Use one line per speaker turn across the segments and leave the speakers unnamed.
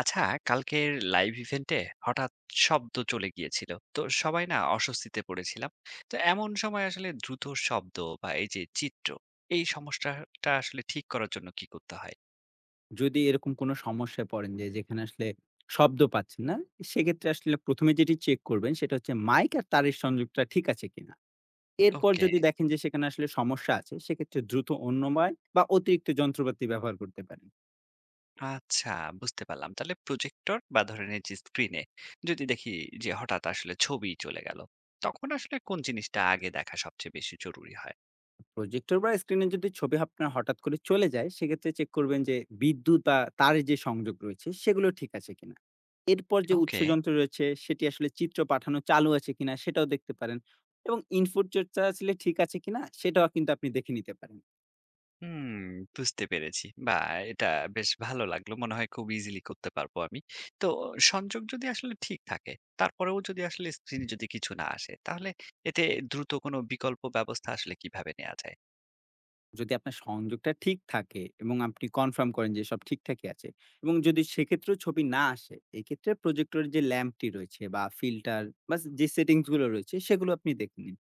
আচ্ছা, কালকের লাইভ ইভেন্টে হঠাৎ শব্দ চলে গিয়েছিল তো সবাই না অস্বস্তিতে পড়েছিলাম। তো এমন সময় আসলে দ্রুত শব্দ বা এই যে চিত্র, এই সমস্যাটা আসলে ঠিক করার জন্য কি করতে হয়?
যদি এরকম কোনো সমস্যায় পড়েন যে যেখানে আসলে শব্দ পাচ্ছেন না, সেক্ষেত্রে আসলে ১ম এ যেটি চেক করবেন সেটা হচ্ছে মাইক আর তারের সংযোগটা ঠিক আছে কিনা। এরপর
ওকে,
যদি দেখেন যে সেখানে আসলে সমস্যা আছে, সেক্ষেত্রে দ্রুত অন্য মাইক বা অতিরিক্ত যন্ত্রপাতি ব্যবহার করতে পারেন।
আচ্ছা, বুঝতে পারলাম। তাহলে প্রজেক্টর বা ধরেন এই যে স্ক্রিনে যদি দেখি যে হঠাৎ আসলে ছবি চলে গেল, তখন আসলে কোন জিনিসটা আগে দেখা সবচেয়ে বেশি জরুরি হয়?
প্রজেক্টর বা স্ক্রিনে যদি ছবি আপনার হঠাৎ করে চলে যায় সেক্ষেত্রে চেক করবেন যে বিদ্যুৎ বা তারের যে সংযোগ রয়েছে সেগুলো ঠিক আছে কিনা। এরপর যে উৎস
ওকে।
যন্ত্র রয়েছে সেটি আসলে চিত্র পাঠানো চালু আছে কিনা সেটাও দেখতে পারেন এবং ইনপুট যেটা আসলে ঠিক আছে কিনা সেটাও কিন্তু আপনি দেখে নিতে পারেন।
হুম, বুঝতে পেরেছি। বাহ! এটা বেশ ভালো লাগলো। মনে হয় খুব ইজিলি করতে পারবো আমি। তো সংযোগ যদি আসলে ঠিক থাকে, তারপরেও যদি আসলে স্ক্রিনে যদি কিছু না আসে, তাহলে এতে দ্রুত কোনো বিকল্প ব্যবস্থা আসলে কিভাবে নেওয়া যায়?
যদি আপনার সংযোগটা ঠিক থাকে এবং আপনি কনফার্ম করেন যে সব ঠিকঠাকই আছে এবং যদি সেক্ষেত্রেও ছবি না আসে এক্ষেত্রে প্রজেক্টরের যে ল্যাম্পটি রয়েছে বা ফিল্টার বা যে সেটিংস গুলো রয়েছে সেগুলো আপনি দেখে নিন।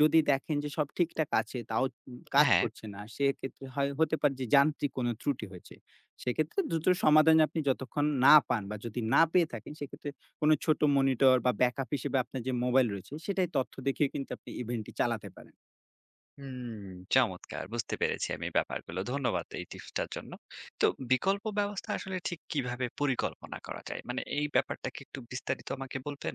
যদি দেখেন যে সব ঠিকঠাক আছে তাও কাজ
হ্যাঁ।
করছে না সেক্ষেত্রে হতে পারে যে যান্ত্রিক কোনো ত্রুটি হয়েছে। সেক্ষেত্রে দ্রুত সমাধান আপনি যতক্ষণ না পান বা যদি না পেয়ে থাকেন সেক্ষেত্রে কোনো ছোট মনিটর বা ব্যাকআপ হিসেবে আপনার যে মোবাইল রয়েছে সেটাই তথ্য দেখিয়ে কিন্তু আপনি ইভেন্টটি চালাতে পারেন।
হুম, চমৎকার! বুঝতে পেরেছি আমি ব্যাপারগুলো। ধন্যবাদ এই টিপসটার জন্য। তো বিকল্প ব্যবস্থা আসলে ঠিক কিভাবে পরিকল্পনা করা যায়? মানে এই ব্যাপারটা কি একটু বিস্তারিত আমাকে বলবেন?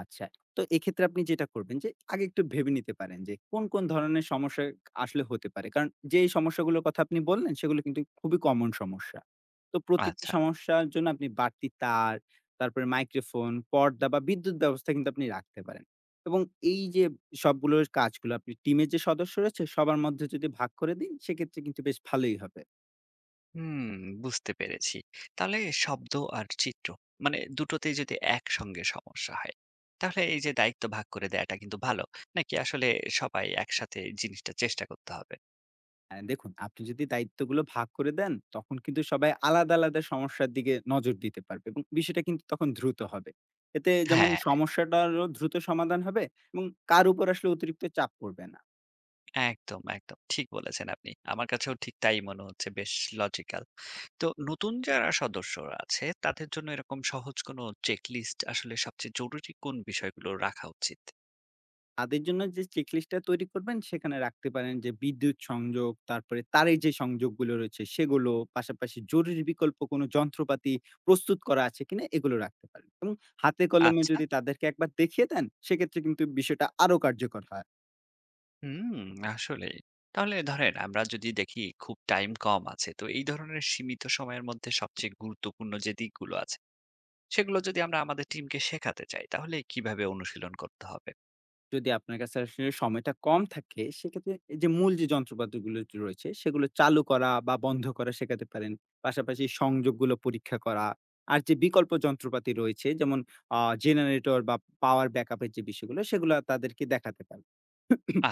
আচ্ছা। তো এক্ষেত্রে আপনি যেটা করবেন যে, আগে একটু ভেবে নিতে পারেন যে, কোন, কোন ধরনের সমস্যা আসলে হতে পারে। কারণ যেই সমস্যাগুলোর কথা আপনি বললেন, সেগুলো কিন্তু খুবই কমন সমস্যা। তো প্রতিটি
আচ্ছা।
সমস্যার জন্য আপনি বাড়তি তার, তারপরে মাইক্রোফোন, পর্দা বা বিদ্যুৎ ব্যবস্থা কিন্তু আপনি রাখতে পারেন। এবং এই যে সবগুলোর কাজগুলো আপনি টিমের যে সদস্য রয়েছে, সবার মধ্যে যদি ভাগ করে দিন, সেক্ষেত্রে কিন্তু বেশ ভালোই হবে।
হুম, বুঝতে পেরেছি। তাহলে শব্দ আর চিত্র, মানে দুটোতেই যদি একসঙ্গে সমস্যা হয়, তাহলে এই যে দায়িত্ব ভাগ করে দেয়াটা কিন্তু ভালো। নাকি আসলে সবাই একসাথে জিনিসটা চেষ্টা করতে হবে?
হ্যাঁ, দেখুন আপনি যদি দায়িত্বগুলো ভাগ করে দেন তখন কিন্তু সবাই আলাদা আলাদা সমস্যার দিকে নজর দিতে পারবে এবং বিষয়টা কিন্তু তখন দ্রুত হবে। এতে যেমন
হ্যাঁ,
সমস্যাটারও দ্রুত সমাধান হবে এবং কার উপর আসলে অতিরিক্ত চাপ পড়বে না।
একদম, একদম ঠিক বলেছেন আপনি। আমার কাছেও ঠিক তাই মনে হচ্ছে, বেশ লজিক্যাল। তো নতুন যারা সদস্যরা আছে তাদের জন্য এরকম সহজ কোনো চেকলিস্ট আসলে সবচেয়ে জরুরি কোন বিষয়গুলো রাখা উচিত?
তাদের জন্য যে চেকলিস্টটা তৈরি করবেন সেখানে রাখতে পারেন যে বিদ্যুৎ সংযোগ, তারপরে তারের যে সংযোগগুলো রয়েছে সেগুলো, পাশাপাশি জরুরি বিকল্প কোনো যন্ত্রপাতি প্রস্তুত করা আছে কিনা এগুলো রাখতে পারেন এবং হাতে কলমে
আচ্ছা।
যদি তাদেরকে একবার দেখিয়ে দেন সেক্ষেত্রে কিন্তু বিষয়টা আরো কার্যকর হয়।
হুম, আসলেই। তাহলে ধরেন আমরা যদি দেখি খুব টাইম কম আছে, তো এই ধরনের সীমিত সময়ের মধ্যে সবচেয়ে গুরুত্বপূর্ণ যে দিকগুলো আছে, সেগুলো যদি আমরা আমাদের টিমকে শেখাতে চাই, তাহলে কিভাবে অনুশীলন করতে হবে?
যদি আপনার কাছে আসলে সময়টা কম থাকে, সেক্ষেত্রে এই যে মূল যে যন্ত্রপাতিগুলো যে রয়েছে, সেগুলো চালু করা বা বন্ধ করা শেখাতে পারেন। পাশাপাশি সংযোগগুলো পরীক্ষা করা। আর যে বিকল্প যন্ত্রপাতি রয়েছে যেমন আ জেনারেটর বা পাওয়ার ব্যাকআপ এর যে বিষয়গুলো, সেগুলো তাদেরকে দেখাতে পারেন।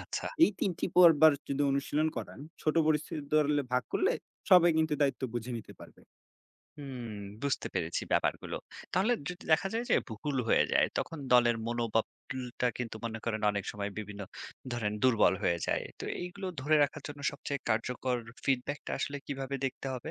আচ্ছা।
এই ৩ টি পর্বার যদি অনুশীলন করান, ছোট পরিস্থিতি দলে ভাগ করলে সবাই কিন্তু দায়িত্ব বুঝে নিতে পারবে।
হুম, বুঝতে পেরেছি ব্যাপারগুলো। তাহলে যদি দেখা যায় যে ভুল হয়ে যায়, তখন দলের মনোবলটা কিন্তু মনে করেন অনেক সময় বিভিন্ন, ধরেন দুর্বল হয়ে যায়। তো এইগুলো ধরে রাখার জন্য সবচেয়ে কার্যকর ফিডব্যাকটা আসলে কিভাবে দেখতে হবে?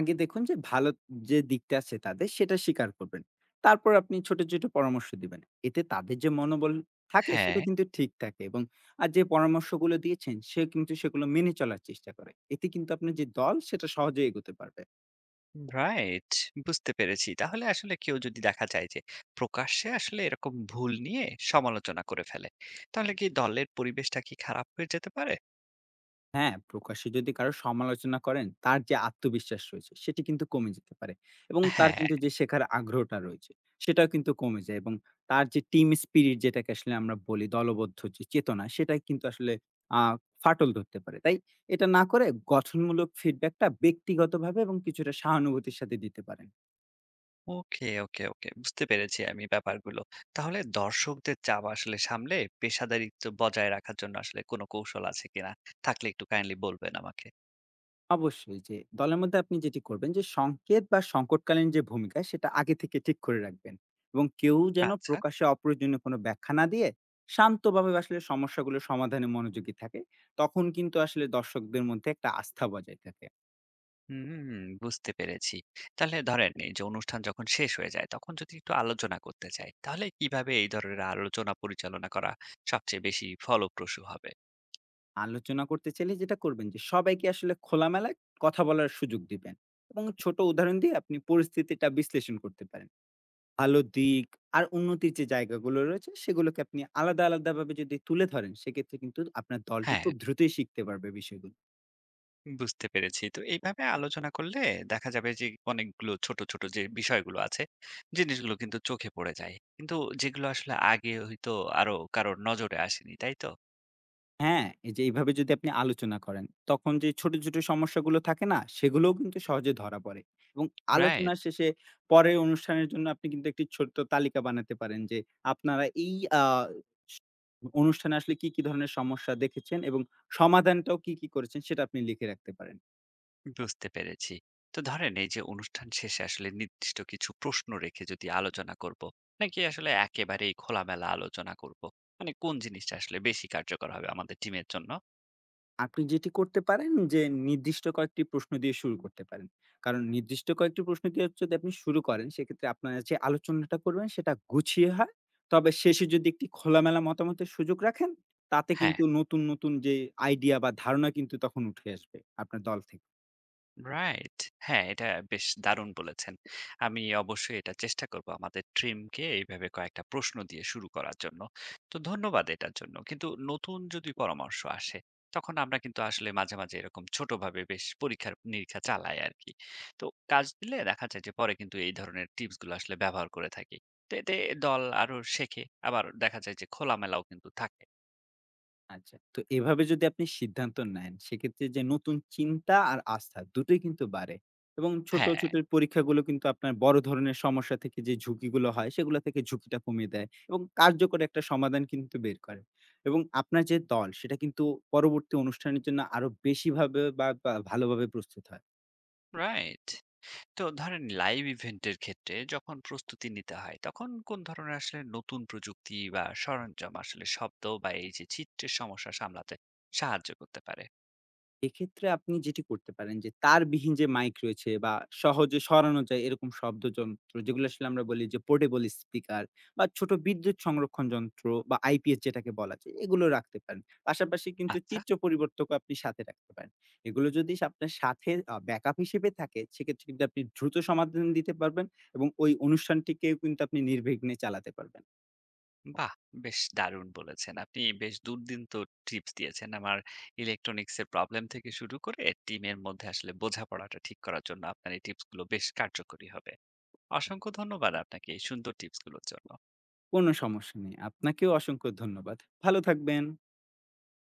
আগে দেখুন যে ভালো যে দিকটা আছে তাদের সেটা স্বীকার করবেন। তারপর আপনি ছোট, ছোট পরামর্শ দিবেন। এতে তাদের যে মনোবল থাকে
হ্যাঁ।
সেটা কিন্তু ঠিক থাকে এবং আর যে পরামর্শগুলো দিয়েছেন সে কিন্তু সেগুলো মেনে চলার চেষ্টা করে। এতে কিন্তু আপনার যে দল সেটা সহজেই এগোতে পারবে।
রাইট, বুঝতে পেরেছি। তাহলে আসলে কেউ যদি দেখা যায় যে প্রকাশ্যে আসলে এরকম ভুল নিয়ে সমালোচনা করে ফেলে, তাহলে কি দলের পরিবেশটা কি খারাপ হয়ে যেতে পারে?
হ্যাঁ, প্রকাশ্যে যদি কারো সমালোচনা করেন, তার যে আত্মবিশ্বাস রয়েছে সেটি কিন্তু কমে যেতে পারে এবং তার
হ্যাঁ।
কিন্তু যে শেখার আগ্রহটা রয়েছে সেটাও কিন্তু কমে যায় এবং তার যে টিম স্পিরিট যেটাকে আসলে আমরা বলি দলবদ্ধ যে চেতনা সেটাই কিন্তু আসলে আ ফাটল ধরতে পারে। তাই এটা না করে গঠনমূলক ফিডব্যাক টা ব্যক্তিগতভাবে এবং কিছুটা সহানুভূতির সাথে দিতে পারেন।
ওকে, ওকে, ওকে, বুঝতে পেরেছি আমি ব্যাপারগুলো। তাহলে দর্শকদের চাপ আসলে সামলে পেশাদারিত্ব বজায় রাখার জন্য আসলে কোনো কৌশল আছে কিনা, থাকলে একটু কাইন্ডলি বলবেন আমাকে।
অবশ্যই যে দলের মধ্যে আপনি যেটি করবেন যে সংকেত বা সংকটকালীন যে ভূমিকা সেটা আগে থেকে ঠিক করে রাখবেন এবং কেউ যেন
আচ্ছা।
প্রকাশ্যে অপ্রয়োজনীয় কোনো ব্যাখ্যা না দিয়ে শান্তভাবে আসলে সমস্যাগুলো সমাধানে মনোযোগী থাকে, তখন কিন্তু আসলে দর্শকদের মধ্যে একটা আস্থা বজায় থাকে।
হুম, বুঝতে পেরেছি। তাহলে ধরেন এই যে অনুষ্ঠান যখন শেষ হয়ে যায়, তখন যদি একটু আলোচনা করতে চাই, তাহলে কিভাবে এই ধরনের আলোচনা পরিচালনা করা সবচেয়ে বেশি ফলপ্রসূ হবে?
আলোচনা করতে চাইলে যেটা করবেন যে সবাইকে আসলে খোলামেলা কথা বলার সুযোগ দিবেন এবং ছোট উদাহরণ দিয়ে আপনি পরিস্থিতিটা বিশ্লেষণ করতে পারেন। আলোর দিক আর উন্নতির যে জায়গাগুলো রয়েছে, সেগুলোকে আপনি আলাদা, আলাদাভাবে যদি তুলে ধরেন, সেক্ষেত্রে কিন্তু আপনার দলটি
হ্যাঁ,
খুব দ্রুতই শিখতে পারবে বিষয়গুলো।
বুঝতে পেরেছি। তো এইভাবে আলোচনা করলে দেখা যাবে যে অনেকগুলো ছোট, ছোট যে বিষয়গুলো আছে, জিনিসগুলো কিন্তু চোখে পড়ে যায়। কিন্তু যেগুলো আসলে আগে হয়তো আরো কারোর নজরে আসেনি, তাই তো?
হ্যাঁ, এই যে এইভাবে যদি আপনি আলোচনা করেন, তখন যে ছোট, ছোট সমস্যাগুলো থাকে না? সেগুলোও কিন্তু সহজে ধরা পড়ে এবং
রাইট।
আলোচনার শেষে পরের অনুষ্ঠানের জন্য আপনি কিন্তু একটি ছোট্ট তালিকা বানাতে পারেন যে, আপনারা এই আ স অনুষ্ঠানে আসলে কি, কি ধরনের সমস্যা দেখেছেন এবং সমাধানটাও কি, কি করেছেন? সেটা আপনি লিখে রাখতে পারেন।
বুঝতে পেরেছি। তো ধরেন এই যে অনুষ্ঠান শেষে আসলে নির্দিষ্ট কিছু প্রশ্ন রেখে যদি আলোচনা করব, নাকি আসলে একেবারেই খোলামেলা আলোচনা করব? মানে কোন জিনিসটা আসলে বেশি কার্যকর হবে আমাদের টিমের জন্য?
আপনি যেটি করতে পারেন যে নির্দিষ্ট কয়েকটি প্রশ্ন দিয়ে শুরু করতে পারেন। কারণ নির্দিষ্ট কয়েকটি প্রশ্ন দিয়ে যদি আপনি শুরু করেন সেক্ষেত্রে আপনার যে আলোচনাটা করবেন সেটা গুছিয়ে হয়। তবে শেষে যদি একটি খোলামেলা মতামতের সুযোগ রাখেন তাতে
হ্যাঁ।
কিন্তু নতুন, নতুন যে আইডিয়া বা ধারণা কিন্তু তখন উঠে আসবে আপনার দল থেকে।
রাইট। হ্যাঁ, এটা বেশ দারুণ বলেছেন। আমি অবশ্যই এটা চেষ্টা করব আমাদের ট্রিমকে এইভাবে কয়েকটা প্রশ্ন দিয়ে শুরু করার জন্য। তো ধন্যবাদ এটার জন্য। কিন্তু নতুন যদি পরামর্শ আসে, তখন আমরা কিন্তু আসলে মাঝে, মাঝে এরকম ছোটভাবে বেশ পরীক্ষা-নিরীক্ষা চালাই আরকি। তো কাজ দিলে দেখা যায় যে পরে কিন্তু এই ধরনের টিপস গুলো আসলে ব্যবহার করে থাকি। তো এতে দল আরো শেখে, আবার দেখা যায় যে খোলামেলাও কিন্তু থাকে।
আচ্ছা। তো এভাবে যদি আপনি সিদ্ধান্ত নেন, সেক্ষেত্রে যে নতুন চিন্তা আর আস্থা দুটোই কিন্তু বাড়ে এবং ছোট,
হ্যাঁ।
ছোট পরীক্ষাগুলো কিন্তু আপনার বড় ধরনের সমস্যা থেকে যে ঝুঁকিগুলো হয়, সেগুলো থেকে ঝুঁকিটা কমিয়ে দেয় এবং কার্যকর একটা সমাধান কিন্তু বের করে এবং আপনার যে দল, সেটা কিন্তু পরবর্তী অনুষ্ঠানের জন্য আরো বেশিভাবে বা বা ভালোভাবে প্রস্তুত হয়।
রাইট। তো ধরেন লাইভ ইভেন্টের ক্ষেত্রে যখন প্রস্তুতি নিতে হয়, তখন কোন ধরনের আসলে নতুন প্রযুক্তি বা সরঞ্জাম আসলে শব্দ বা এই যে চিত্রের সমস্যা সামলাতে সাহায্য করতে পারে?
এক্ষেত্রে আপনি যেটি করতে পারেন যে তারবিহীন যে মাইক রয়েছে বা সহজে সরানো যায় এরকম শব্দযন্ত্র যেগুলো আসলে আমরা বলি যে পোর্টেবল স্পিকার বা ছোট বিদ্যুৎ সংরক্ষণ যন্ত্র বা IPS যেটাকে বলা যায় এগুলো রাখতে পারেন। পাশাপাশি কিন্তু
আচ্ছা।
চিত্র পরিবর্তকও আপনি সাথে রাখতে পারেন। এগুলো যদি আপনার সাথে ব্যাকআপ হিসেবে থাকে সেক্ষেত্রে কিন্তু আপনি দ্রুত সমাধান দিতে পারবেন এবং ওই অনুষ্ঠানটিকেও কিন্তু আপনি নির্বিঘ্নে চালাতে পারবেন।
বাহ, বেশ দারুণ বলেছেন আপনি। বেশ দুর্দান্ত টিপস দিয়েছেন আমার। ইলেকট্রনিক্স এর প্রবলেম থেকে শুরু করে টিমের মধ্যে আসলে বোঝাপড়াটা ঠিক করার জন্য আপনার এই টিপস গুলো বেশ কার্যকরী হবে। অসংখ্য ধন্যবাদ আপনাকে এই সুন্দর টিপস গুলোর জন্য।
কোনো সমস্যা নেই, আপনাকেও অসংখ্য ধন্যবাদ। ভালো থাকবেন।